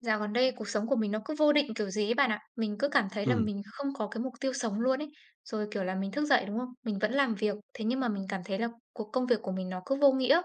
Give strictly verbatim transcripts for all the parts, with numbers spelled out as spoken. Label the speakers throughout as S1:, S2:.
S1: Dạo gần đây cuộc sống của mình nó cứ vô định kiểu gì ấy bạn ạ. Mình cứ cảm thấy là
S2: Ừm,
S1: mình không có cái mục tiêu sống luôn ấy. Rồi kiểu là mình thức dậy đúng không? Mình vẫn làm việc, thế nhưng mà mình cảm thấy là cuộc công việc của mình nó cứ vô nghĩa.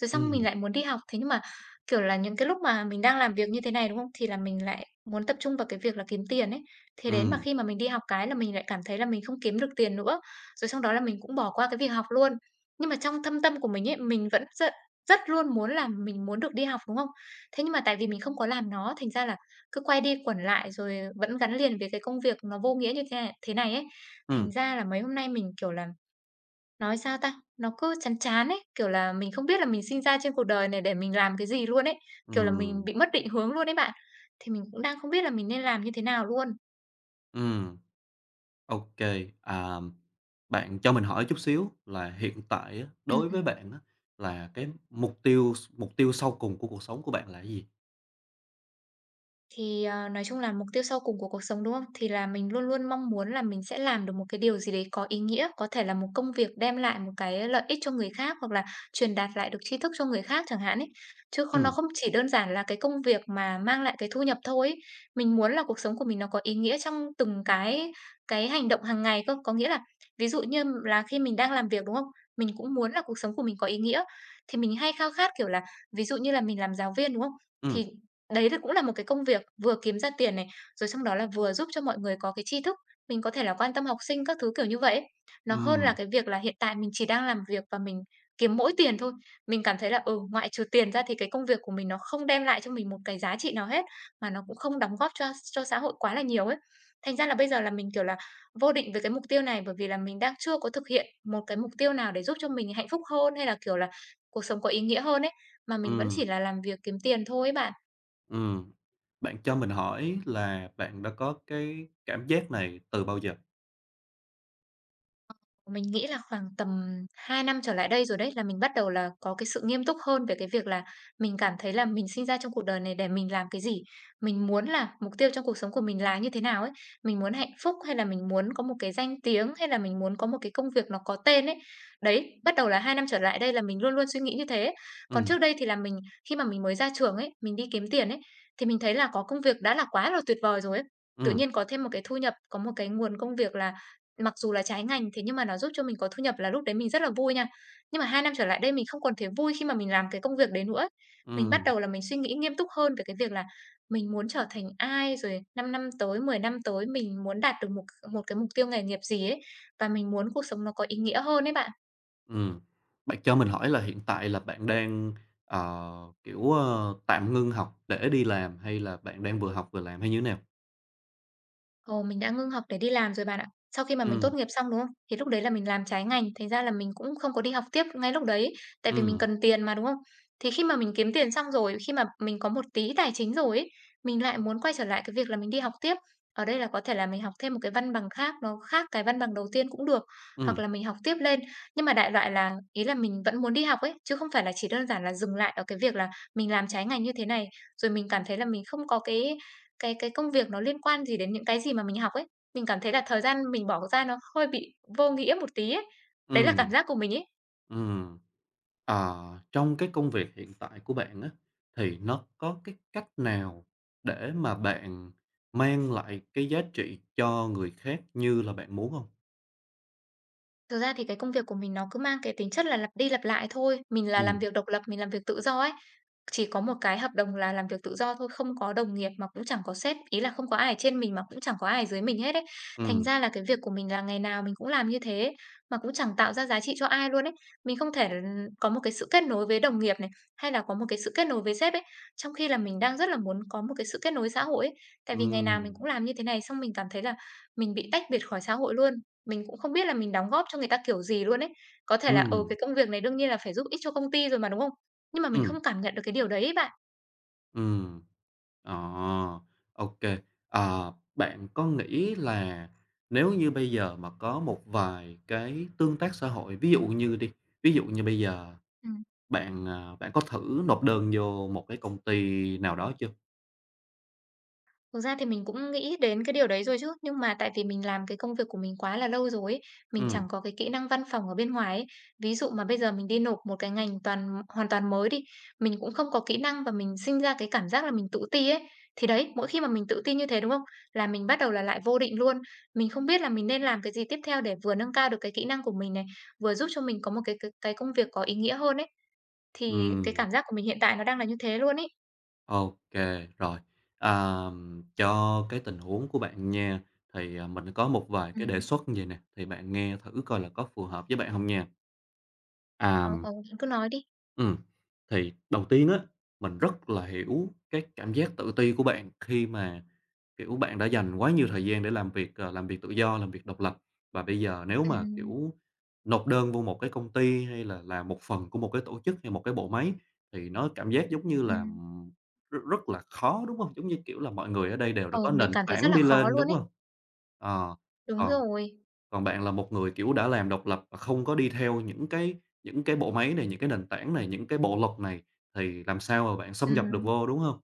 S1: Rồi xong mình
S2: ừm,
S1: lại muốn đi học, thế nhưng mà kiểu là những cái lúc mà mình đang làm việc như thế này đúng không? Thì là mình lại muốn tập trung vào cái việc là kiếm tiền ấy. Thế đến mà
S2: ừm,
S1: khi mà mình đi học cái là mình lại cảm thấy là mình không kiếm được tiền nữa. Rồi xong đó là mình cũng bỏ qua cái việc học luôn. Nhưng mà trong thâm tâm của mình ấy, mình vẫn rất, rất luôn muốn là mình muốn được đi học đúng không? Thế nhưng mà tại vì mình không có làm nó, thành ra là cứ quay đi quẩn lại rồi vẫn gắn liền với cái công việc nó vô nghĩa như thế này thế này ấy. Thành
S2: ừm,
S1: ra là mấy hôm nay mình, kiểu là, nói sao ta, nó cứ chán chán ấy, kiểu là, mình không biết là mình sinh ra trên cuộc đời này để mình làm cái gì luôn ấy, kiểu là, mình
S2: ừm,
S1: bị mất định hướng luôn ấy bạn. Thì mình cũng đang không biết là mình nên làm như thế nào luôn.
S2: ừm, ô kê. À, bạn cho mình hỏi chút xíu là hiện tại á,
S1: Ừm,
S2: đối với
S1: ừm.
S2: bạn á, là cái mục tiêu s mục tiêu sau cùng của cuộc sống của bạn là cái gì?
S1: Thì, ờ, nói chung là mục tiêu sau cùng của cuộc sống, đúng không? Thì là mình luôn luôn mong muốn là mình sẽ làm được một cái điều gì đấy có ý nghĩa, có thể là một công việc đem lại một cái lợi ích cho người khác hoặc là truyền đạt lại được tri thức cho người khác chẳng hạn ấy. Chứ không nó
S2: Ừm,
S1: không chỉ đơn giản là cái công việc mà mang lại cái thu nhập thôi ấy. Mình muốn là cuộc sống của mình nó có ý nghĩa trong từng cái cái hành động hàng ngày cơ. Có nghĩa là ví dụ như là khi mình đang làm việc, đúng không? Mình cũng muốn là cuộc sống của mình có ý nghĩa. Thì mình hay khao khát, kiểu là, ví dụ như là mình làm giáo viên, đúng không?
S2: ừm,
S1: Thì đấy là cũng là một cái công việc vừa kiếm ra tiền này, rồi xong đó là vừa giúp cho mọi người có cái tri thức, mình có thể là quan tâm học sinh các thứ, kiểu như vậy ấy. Nó hơn là
S2: ừm,
S1: cái việc là hiện tại mình chỉ đang làm việc và mình kiếm mỗi tiền thôi. Mình cảm thấy là, ừ, ngoại trừ tiền ra thì cái công việc của mình nó không đem lại cho mình một cái giá trị nào hết, mà nó cũng không đóng góp cho cho xã hội quá là nhiều ấy. Thành ra là bây giờ là mình, kiểu là, vô định về cái mục tiêu này, bởi vì là mình đang chưa có thực hiện một cái mục tiêu nào để giúp cho mình hạnh phúc hơn, hay là, kiểu là, cuộc sống có ý nghĩa hơn ấy, mà mình vẫn
S2: ừm,
S1: chỉ là làm việc kiếm tiền thôi ấy bạn.
S2: ừm. Bạn cho mình hỏi là bạn đã có cái cảm giác này từ bao giờ?
S1: Mình nghĩ là khoảng tầm hai năm trở lại đây rồi đấy, là mình bắt đầu là có cái sự nghiêm túc hơn về cái việc là mình cảm thấy là mình sinh ra trong cuộc đời này để mình làm cái gì, mình muốn là mục tiêu trong cuộc sống của mình là như thế nào ấy. Mình muốn hạnh phúc hay là mình muốn có một cái danh tiếng, hay là mình muốn có một cái công việc nó có tên ấy. Đấy, bắt đầu là hai năm trở lại đây là mình luôn luôn suy nghĩ như thế. Còn
S2: Ừm,
S1: trước đây thì là mình khi mà mình mới ra trường ấy, mình đi kiếm tiền ấy, thì mình thấy là có công việc đã là quá là tuyệt vời rồi ấy. Tự
S2: ừm,
S1: nhiên có thêm một cái thu nhập, có một cái nguồn công việc là. Mặc dù là trái ngành, thế nhưng mà nó giúp cho mình có thu nhập là lúc đấy mình rất là vui nha. Nhưng mà hai năm trở lại đây mình không còn thấy vui khi mà mình làm cái công việc đấy nữa ấy. Mình bắt
S2: ừm.
S1: đầu là mình suy nghĩ nghiêm túc hơn về cái việc là mình muốn trở thành ai, rồi 5 năm tới, mười năm tới mình muốn đạt được một một cái mục tiêu nghề nghiệp gì ấy, và mình muốn cuộc sống nó có ý nghĩa hơn ấy bạn.
S2: Ừm. Bạn cho mình hỏi là hiện tại là bạn đang, ờ, kiểu, ơ, tạm ngưng học để đi làm hay là bạn đang vừa học vừa làm hay như thế nào?
S1: Ồ, mình đã ngưng học để đi làm rồi bạn ạ. Sau khi mà mình tốt
S2: Ừm,
S1: nghiệp xong, đúng không? Thì lúc đấy là mình làm trái ngành, thành ra là mình cũng không có đi học tiếp ngay lúc đấy, tại vì mình
S2: ừm,
S1: cần tiền mà, đúng không? Thì khi mà mình kiếm tiền xong rồi, khi mà mình có một tí tài chính rồi ấy, mình lại muốn quay trở lại cái việc là mình đi học tiếp. Ở đây là có thể là mình học thêm một cái văn bằng khác, nó khác cái văn bằng đầu tiên cũng được, hoặc
S2: ừm,
S1: là mình học tiếp lên. Nhưng mà đại loại là ý là mình vẫn muốn đi học ấy, chứ không phải là chỉ đơn giản là dừng lại ở cái việc là mình làm trái ngành như thế này, rồi mình cảm thấy là mình không có cái cái cái công việc nó liên quan gì đến những cái gì mà mình học ấy. Mình cảm thấy là thời gian mình bỏ ra nó hơi bị vô nghĩa một tí ấy. Đấy là cảm
S2: ừm,
S1: giác của mình ấy.
S2: ừm. Ờ, trong cái công việc hiện tại của bạn á, thì nó có cái cách nào để mà bạn mang lại cái giá trị cho người khác như là bạn muốn hông?
S1: Thực ra thì cái công việc của mình nó cứ mang cái tính chất là lặp đi lặp lại thôi. Mình là làm
S2: Ừm,
S1: việc độc lập, mình làm việc tự do ấy. Chỉ có một cái hợp đồng là làm việc tự do thôi, không có đồng nghiệp mà cũng chẳng có sếp, ý là không có ai ở trên mình mà cũng chẳng có ai ở dưới mình hết ấy. Thành
S2: ừm,
S1: ra là cái việc của mình là ngày nào mình cũng làm như thế mà cũng chẳng tạo ra giá trị cho ai luôn ấy. Mình không thể ừ, có một cái sự kết nối với đồng nghiệp này, hay là có một cái sự kết nối với sếp ấy, trong khi là mình đang rất là muốn có một cái sự kết nối xã hội ấy. Tại vì ngày
S2: ừm,
S1: nào mình cũng làm như thế này xong mình cảm thấy là mình bị tách biệt khỏi xã hội luôn. Mình cũng không biết là mình đóng góp cho người ta kiểu gì luôn ấy. Có thể là, ừ,
S2: ừm,
S1: cái công việc này đương nhiên là phải giúp ích cho công ty rồi mà, đúng không? Nhưng mà mình
S2: ừm,
S1: không cảm nhận được cái điều đấy ấy bạn.
S2: ừm. Ờ, ô Ờ, bạn có nghĩ là nếu như bây giờ mà có một vài cái tương tác xã hội, ví dụ như đi, ví dụ như bây giờ
S1: Ừm.
S2: bạn, à, bạn có thử nộp đơn vô một cái công ty nào đó chưa?
S1: Thực ra thì mình cũng nghĩ đến cái điều đấy rồi chứ, nhưng mà tại vì mình làm cái công việc của mình quá là lâu rồi ấy, mình
S2: Ừ,
S1: chẳng có cái kỹ năng văn phòng ở bên ngoài ấy. Ví dụ mà bây giờ mình đi nộp một cái ngành toàn hoàn toàn mới đi, mình cũng không có kỹ năng và mình sinh ra cái cảm giác là mình tự ti ấy. Thì đấy, mỗi khi mà mình tự ti như thế đúng không? Là mình bắt đầu là lại vô định luôn. Mình không biết là mình nên làm cái gì tiếp theo để vừa nâng cao được cái kỹ năng của mình này, vừa giúp cho mình có một cái cái, cái công việc có ý nghĩa hơn ấy. Thì cái
S2: ừm,
S1: cảm giác của mình hiện tại nó đang là như thế luôn ấy.
S2: ô rồi. Ờm, cho cái tình huống của bạn nha, thì, à, mình có một vài
S1: Ừ.
S2: cái đề xuất như vầy nè, thì bạn nghe thử coi là có phù hợp với bạn không nha. À
S1: Ờ, ờ, cứ nói đi.
S2: Ừ thì đầu tiên á, mình rất là hiểu cái cảm giác tự ti của bạn khi mà, kiểu, bạn đã dành quá nhiều thời gian để làm việc, ờ, làm việc tự do, làm việc độc lập. Và bây giờ nếu
S1: Ừ.
S2: mà, kiểu, nộp đơn vô một cái công ty hay là làm một phần của một cái tổ chức hay một cái bộ máy thì nó cảm giác giống như
S1: Ừ.
S2: là, ừm, rất rất là khó, đúng không? Giống như, kiểu là, mọi người ở đây đều đã có
S1: Ừ, mình
S2: nền
S1: cảm thấy rất
S2: tảng
S1: là
S2: đi
S1: khó
S2: lên,
S1: luôn
S2: đúng
S1: ấy.
S2: không? Ờ,
S1: Đúng
S2: còn
S1: rồi.
S2: còn bạn là một người, kiểu, đã làm độc lập và không có đi theo những cái những cái bộ máy này, những cái nền tảng này, những cái bộ luật này, thì làm sao mà bạn xâm nhập được
S1: Ừm,
S2: vô, đúng không?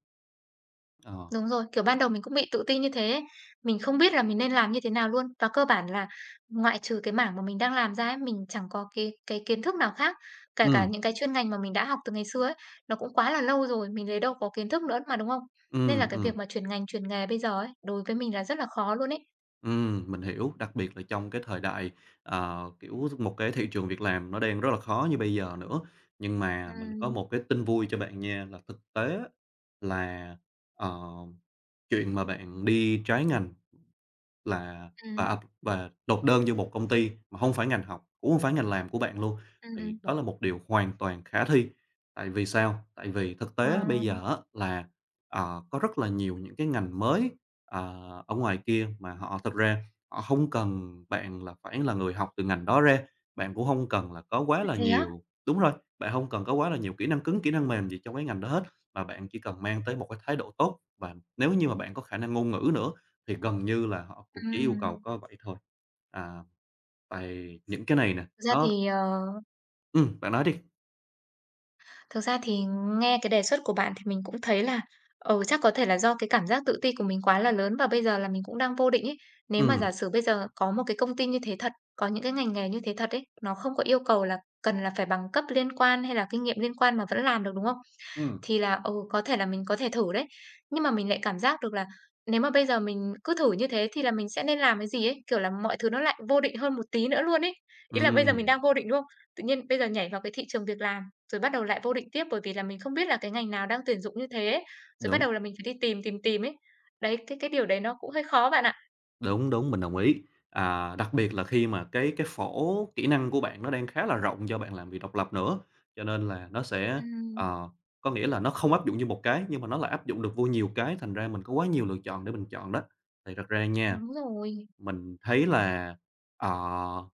S2: Ờ.
S1: đúng rồi, kiểu, ban đầu mình cũng bị tự ti như thế ấy. Mình không biết là mình nên làm như thế nào luôn. Và cơ bản là ngoại trừ cái mảng mà mình đang làm ra ấy, mình chẳng có cái cái kiến thức nào khác. Kể cả
S2: ừ
S1: những cái chuyên ngành mà mình đã học từ ngày xưa ấy, nó cũng quá là lâu rồi, mình lấy đâu có kiến thức nữa mà, đúng không? Nên
S2: ừ
S1: là cái
S2: ừm,
S1: việc mà chuyển ngành, chuyển nghề bây giờ ấy, đối với mình là rất là khó luôn ấy.
S2: ừm, mình hiểu, đặc biệt là trong cái thời đại, ờ, kiểu, một cái thị trường việc làm nó đang rất là khó như bây giờ nữa. Nhưng mà mình có
S1: Ừm,
S2: một cái tin vui cho bạn nha, là thực tế là, ờ, chuyện mà bạn đi trái ngành Là và,
S1: ừm,
S2: à, và nộp đơn vô một công ty mà không phải ngành học, cũng không phải ngành làm của bạn luôn,
S1: ừm,
S2: thì
S1: ừm.
S2: đó là một điều hoàn toàn khả thi. Tại vì sao? Tại vì thực
S1: Ờ,
S2: tế bây giờ á là, ờ, có rất là nhiều những cái ngành mới, ờ, ở ngoài kia mà họ thực ra họ không cần bạn là phải là người học từ ngành đó ra, bạn cũng không cần là có quá là
S1: thế á?
S2: nhiều, đúng rồi, bạn không cần có quá là nhiều kỹ năng cứng, kỹ năng mềm gì trong cái ngành đó hết, mà bạn chỉ cần mang tới một cái thái độ tốt và nếu như mà bạn có khả năng ngôn ngữ nữa thì gần như là họ cũng chỉ yêu cầu
S1: Ừm.
S2: có vậy thôi. À, tại những cái này nè.
S1: Thực ra
S2: nó
S1: thì, ờ
S2: ừm, bạn nói đi.
S1: Thực ra thì nghe cái đề xuất của bạn thì mình cũng thấy là, ừ, chắc có thể là do cái cảm giác tự ti của mình quá là lớn và bây giờ là mình cũng đang vô định ấy. Nếu mà
S2: Ừm,
S1: giả sử bây giờ có một cái công ty như thế thật, có những cái ngành nghề như thế thật ấy, nó không có yêu cầu là cần là phải bằng cấp liên quan hay là kinh nghiệm liên quan mà vẫn làm được, đúng không?
S2: ừm,
S1: Thì là, ừ, có thể là mình có thể thử đấy. Nhưng mà mình lại cảm giác được là nếu mà bây giờ mình cứ thử như thế thì là mình sẽ nên làm cái gì ấy, kiểu là, mọi thứ nó lại vô định hơn một tí nữa luôn ấy. Ý là bây giờ mình
S2: ừm,
S1: đang vô định, đúng không? Tự nhiên bây giờ nhảy vào cái thị trường việc làm rồi bắt đầu lại vô định tiếp, bởi vì là mình không biết là cái ngành nào đang tuyển dụng như thế ấy. Rồi bắt
S2: đúng,
S1: đầu là mình phải đi tìm, tìm, tìm ấy. Đấy, cái cái điều đấy nó cũng hơi khó bạn ạ.
S2: đúng, đúng, mình đồng ý. À, đặc biệt là khi mà cái cái phổ kỹ năng của bạn nó đang khá là rộng do bạn làm việc độc lập nữa, cho nên là nó sẽ,
S1: Ừm,
S2: ờ, có nghĩa là nó không áp dụng như một cái, nhưng mà nó lại áp dụng được vô nhiều cái, thành ra mình có quá nhiều lựa chọn để mình chọn đó. Thì thật ra nha,
S1: đúng rồi.
S2: mình thấy là, ờ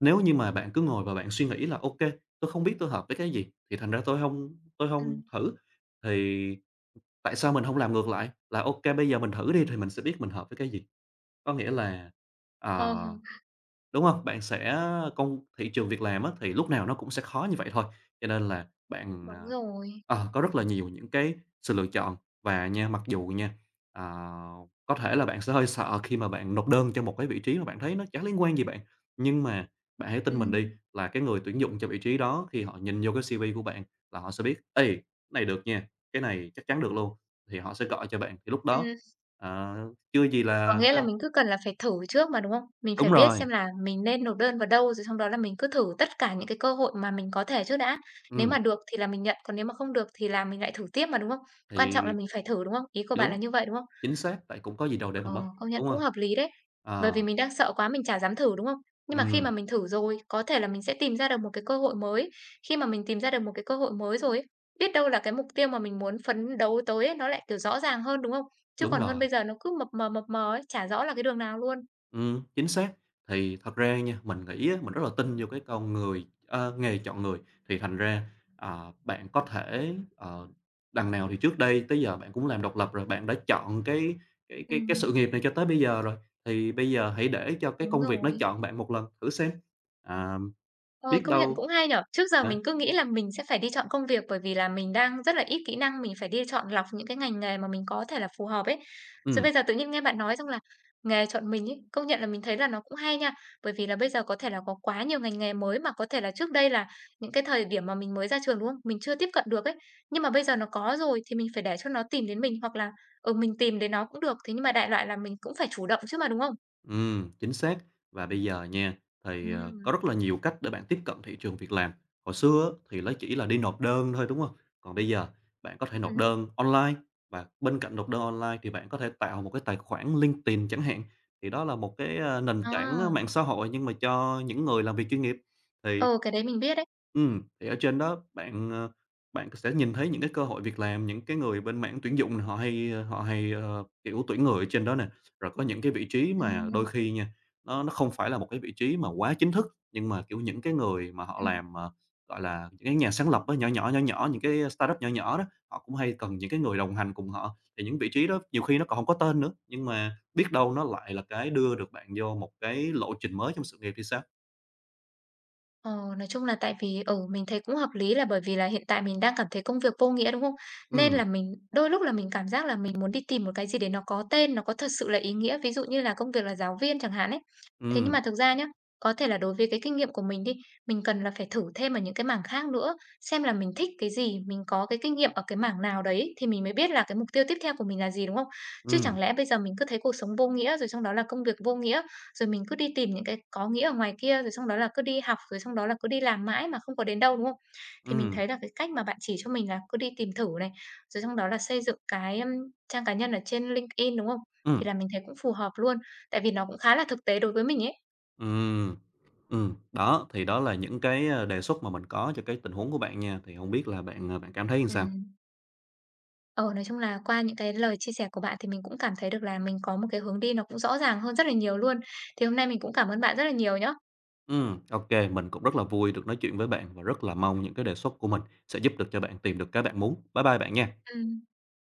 S2: nếu như mà bạn cứ ngồi và bạn suy nghĩ là "ok tôi không biết tôi hợp với cái gì, thì thành ra tôi không tôi không
S1: Ừm,
S2: thử", thì tại sao mình không làm ngược lại, là "ok bây giờ mình thử đi thì mình sẽ biết mình hợp với cái gì." Có nghĩa là,
S1: ờ,
S2: ờ Đúng không? Bạn sẽ công thị trường việc làm á, thì lúc nào nó cũng sẽ khó như vậy thôi, cho nên là bạn,
S1: đúng
S2: à,
S1: rồi.
S2: ờ, có rất là nhiều những cái sự lựa chọn. Và nha, mặc dù nha, ờ, có thể là bạn sẽ hơi sợ khi mà bạn nộp đơn cho một cái vị trí mà bạn thấy nó chẳng liên quan gì bạn, nhưng mà bạn hãy tin mình đi,
S1: Ừm,
S2: là cái người tuyển dụng cho vị trí đó khi họ nhìn vô cái xê vê của bạn là họ sẽ biết: "Ê, cái này được nha, cái này chắc chắn được luôn." Thì họ sẽ gọi cho bạn, thì lúc đó,
S1: ừm,
S2: ờ, chưa gì
S1: có
S2: là.
S1: nghĩa là mình cứ cần là phải thử trước mà, đúng không? Mình phải
S2: Đúng
S1: biết
S2: rồi,
S1: xem là mình nên nộp đơn vào đâu, rồi xong đó là mình cứ thử tất cả những cái cơ hội mà mình có thể trước đã. Nếu
S2: ừm,
S1: mà được thì là mình nhận, còn nếu mà không được thì là mình lại thử tiếp mà, đúng không? Quan trọng là
S2: thì
S1: mình phải thử, đúng không? Ý của bạn là
S2: đúng.
S1: như vậy, đúng không?
S2: Chính xác, tại cũng có gì đâu để mà
S1: Ờ,
S2: mất,
S1: công nhận
S2: đúng
S1: cũng
S2: hông?
S1: hợp lý đấy. Bởi vì
S2: Ờ,
S1: mình đang sợ quá mình chả dám thử, đúng không? Nhưng mà khi
S2: ừm,
S1: mà mình thử rồi, có thể là mình sẽ tìm ra được một cái cơ hội mới. Khi mà mình tìm ra được một cái cơ hội mới rồi ấy, biết đâu là cái mục tiêu mà mình muốn phấn đấu tới ấy, nó lại, kiểu, rõ ràng hơn, đúng không? Chứ
S2: đúng
S1: còn hơn
S2: rồi,
S1: bây giờ nó cứ mập mờ, mập mờ ấy, chả rõ là cái đường nào luôn.
S2: ừm, chính xác. Thì thật ra nha, mình nghĩ á, mình rất là tin vô cái con người ơ, nghề chọn người, thì thành ra, ờ, bạn có thể, ờ, đằng nào thì trước đây tới giờ bạn cũng làm độc lập rồi, bạn đã chọn cái cái cái cái sự
S1: Ừm,
S2: nghiệp này cho tới bây giờ rồi, thì bây giờ hãy để cho cái
S1: đúng
S2: công việc nó
S1: rồi.
S2: chọn bạn một lần thử xem, à,
S1: Ờ,
S2: biết
S1: công nhận
S2: đâu
S1: cũng hay nhở. Trước giờ
S2: hả?
S1: mình cứ nghĩ là mình sẽ phải đi chọn công việc bởi vì là mình đang rất là ít kỹ năng, mình phải đi chọn lọc những cái ngành nghề mà mình có thể là phù hợp ấy. Rồi
S2: Ừm.
S1: bây giờ tự nhiên nghe bạn nói xong là nghề chọn mình ấy, công nhận là mình thấy là nó cũng hay nha. Bởi vì là bây giờ có thể là có quá nhiều ngành nghề mới mà có thể là trước đây là những cái thời điểm mà mình mới ra trường đúng không? Mình chưa tiếp cận được ấy. Nhưng mà bây giờ nó có rồi thì mình phải để cho nó tìm đến mình hoặc là ừ mình tìm đến nó cũng được. Thế nhưng mà đại loại là mình cũng phải chủ động chứ mà đúng không?
S2: Ừm, chính xác. Và bây giờ nha,
S1: Ừ.
S2: thì, ờ, có rất là nhiều cách để bạn tiếp cận thị trường việc làm. Hồi xưa á, thì nó chỉ là đi nộp đơn thôi, đúng không? Còn bây giờ bạn có thể nộp
S1: Ừ.
S2: đơn online và bên cạnh nộp đơn online thì bạn có thể tạo một cái tài khoản LinkedIn chẳng hạn, thì đó là một cái, a, nền tảng, a,
S1: À.
S2: mạng xã hội nhưng mà cho những người làm việc chuyên nghiệp. Thì
S1: Ừ cái đấy mình biết đấy.
S2: Ừm, thì ở trên đó bạn, ờ, bạn sẽ nhìn thấy những cái cơ hội việc làm, những cái người bên mảng tuyển dụng nè, họ hay, ờ, họ hay, ờ, kiểu, tuyển người ở trên đó nè. Rồi có những cái vị trí
S1: Ừ.
S2: mà đôi khi nha, nó nó không phải là một cái vị trí mà quá chính thức, nhưng mà, kiểu, những cái người mà họ
S1: Ừm.
S2: làm, ờ, gọi là, những cái nhà sáng lập á, nhỏ nhỏ, nhỏ nhỏ, những cái startup nhỏ nhỏ đó, họ cũng hay cần những cái người đồng hành cùng họ. Thì những vị trí đó nhiều khi nó còn hông có tên nữa, nhưng mà biết đâu nó lại là cái đưa được bạn vô một cái lộ trình mới trong sự nghiệp thì sao?
S1: Ờ, nói chung là tại vì, ừ, mình thấy cũng hợp lý là bởi vì là hiện tại mình đang cảm thấy công việc vô nghĩa, đúng không? Nên
S2: Ừm,
S1: là mình đôi lúc là mình cảm giác là mình muốn đi tìm một cái gì để nó có tên, nó có thật sự là ý nghĩa, ví dụ như là công việc là giáo viên chẳng hạn ấy. Thế nhưng
S2: ừm,
S1: mà thực ra nhá, có thể là đối với cái kinh nghiệm của mình đi, mình cần là phải thử thêm ở những cái mảng khác nữa, xem là mình thích cái gì, mình có cái kinh nghiệm ở cái mảng nào đấy thì mình mới biết là cái mục tiêu tiếp theo của mình là gì, đúng không? Chứ
S2: ừm,
S1: chẳng lẽ bây giờ mình cứ thấy cuộc sống vô nghĩa, rồi trong đó là công việc vô nghĩa. Rồi mình cứ đi tìm những cái có nghĩa ở ngoài kia, rồi xong đó là cứ đi học, rồi xong đó là cứ đi làm mãi mà không có đến đâu, đúng không? Thì mình
S2: ừm.
S1: thấy là cái cách mà bạn chỉ cho mình là cứ đi tìm thử này, rồi xong đó là xây dựng cái, ưm, trang cá nhân ở trên linked in, đúng không? Thì
S2: Ừm,
S1: là mình thấy cũng phù hợp luôn, tại vì nó cũng khá là thực tế đối với mình ấy.
S2: ừm, ừm, đó, thì đó là những cái, a, đề xuất mà mình có cho cái tình huống của bạn nha, thì hông biết là bạn, à, bạn cảm thấy sao?
S1: Ừm. Ờ, nói chung là qua những cái lời chia sẻ của bạn thì mình cũng cảm thấy được là mình có một cái hướng đi nó cũng rõ ràng hơn rất là nhiều luôn. Thì hôm nay mình cũng cảm ơn bạn rất là nhiều nhá.
S2: Ừm, ô kê, mình cũng rất là vui được nói chuyện với bạn và rất là mong những cái đề xuất của mình sẽ giúp được cho bạn tìm được cái bạn muốn. Bye bye bạn nha.
S1: Ừm.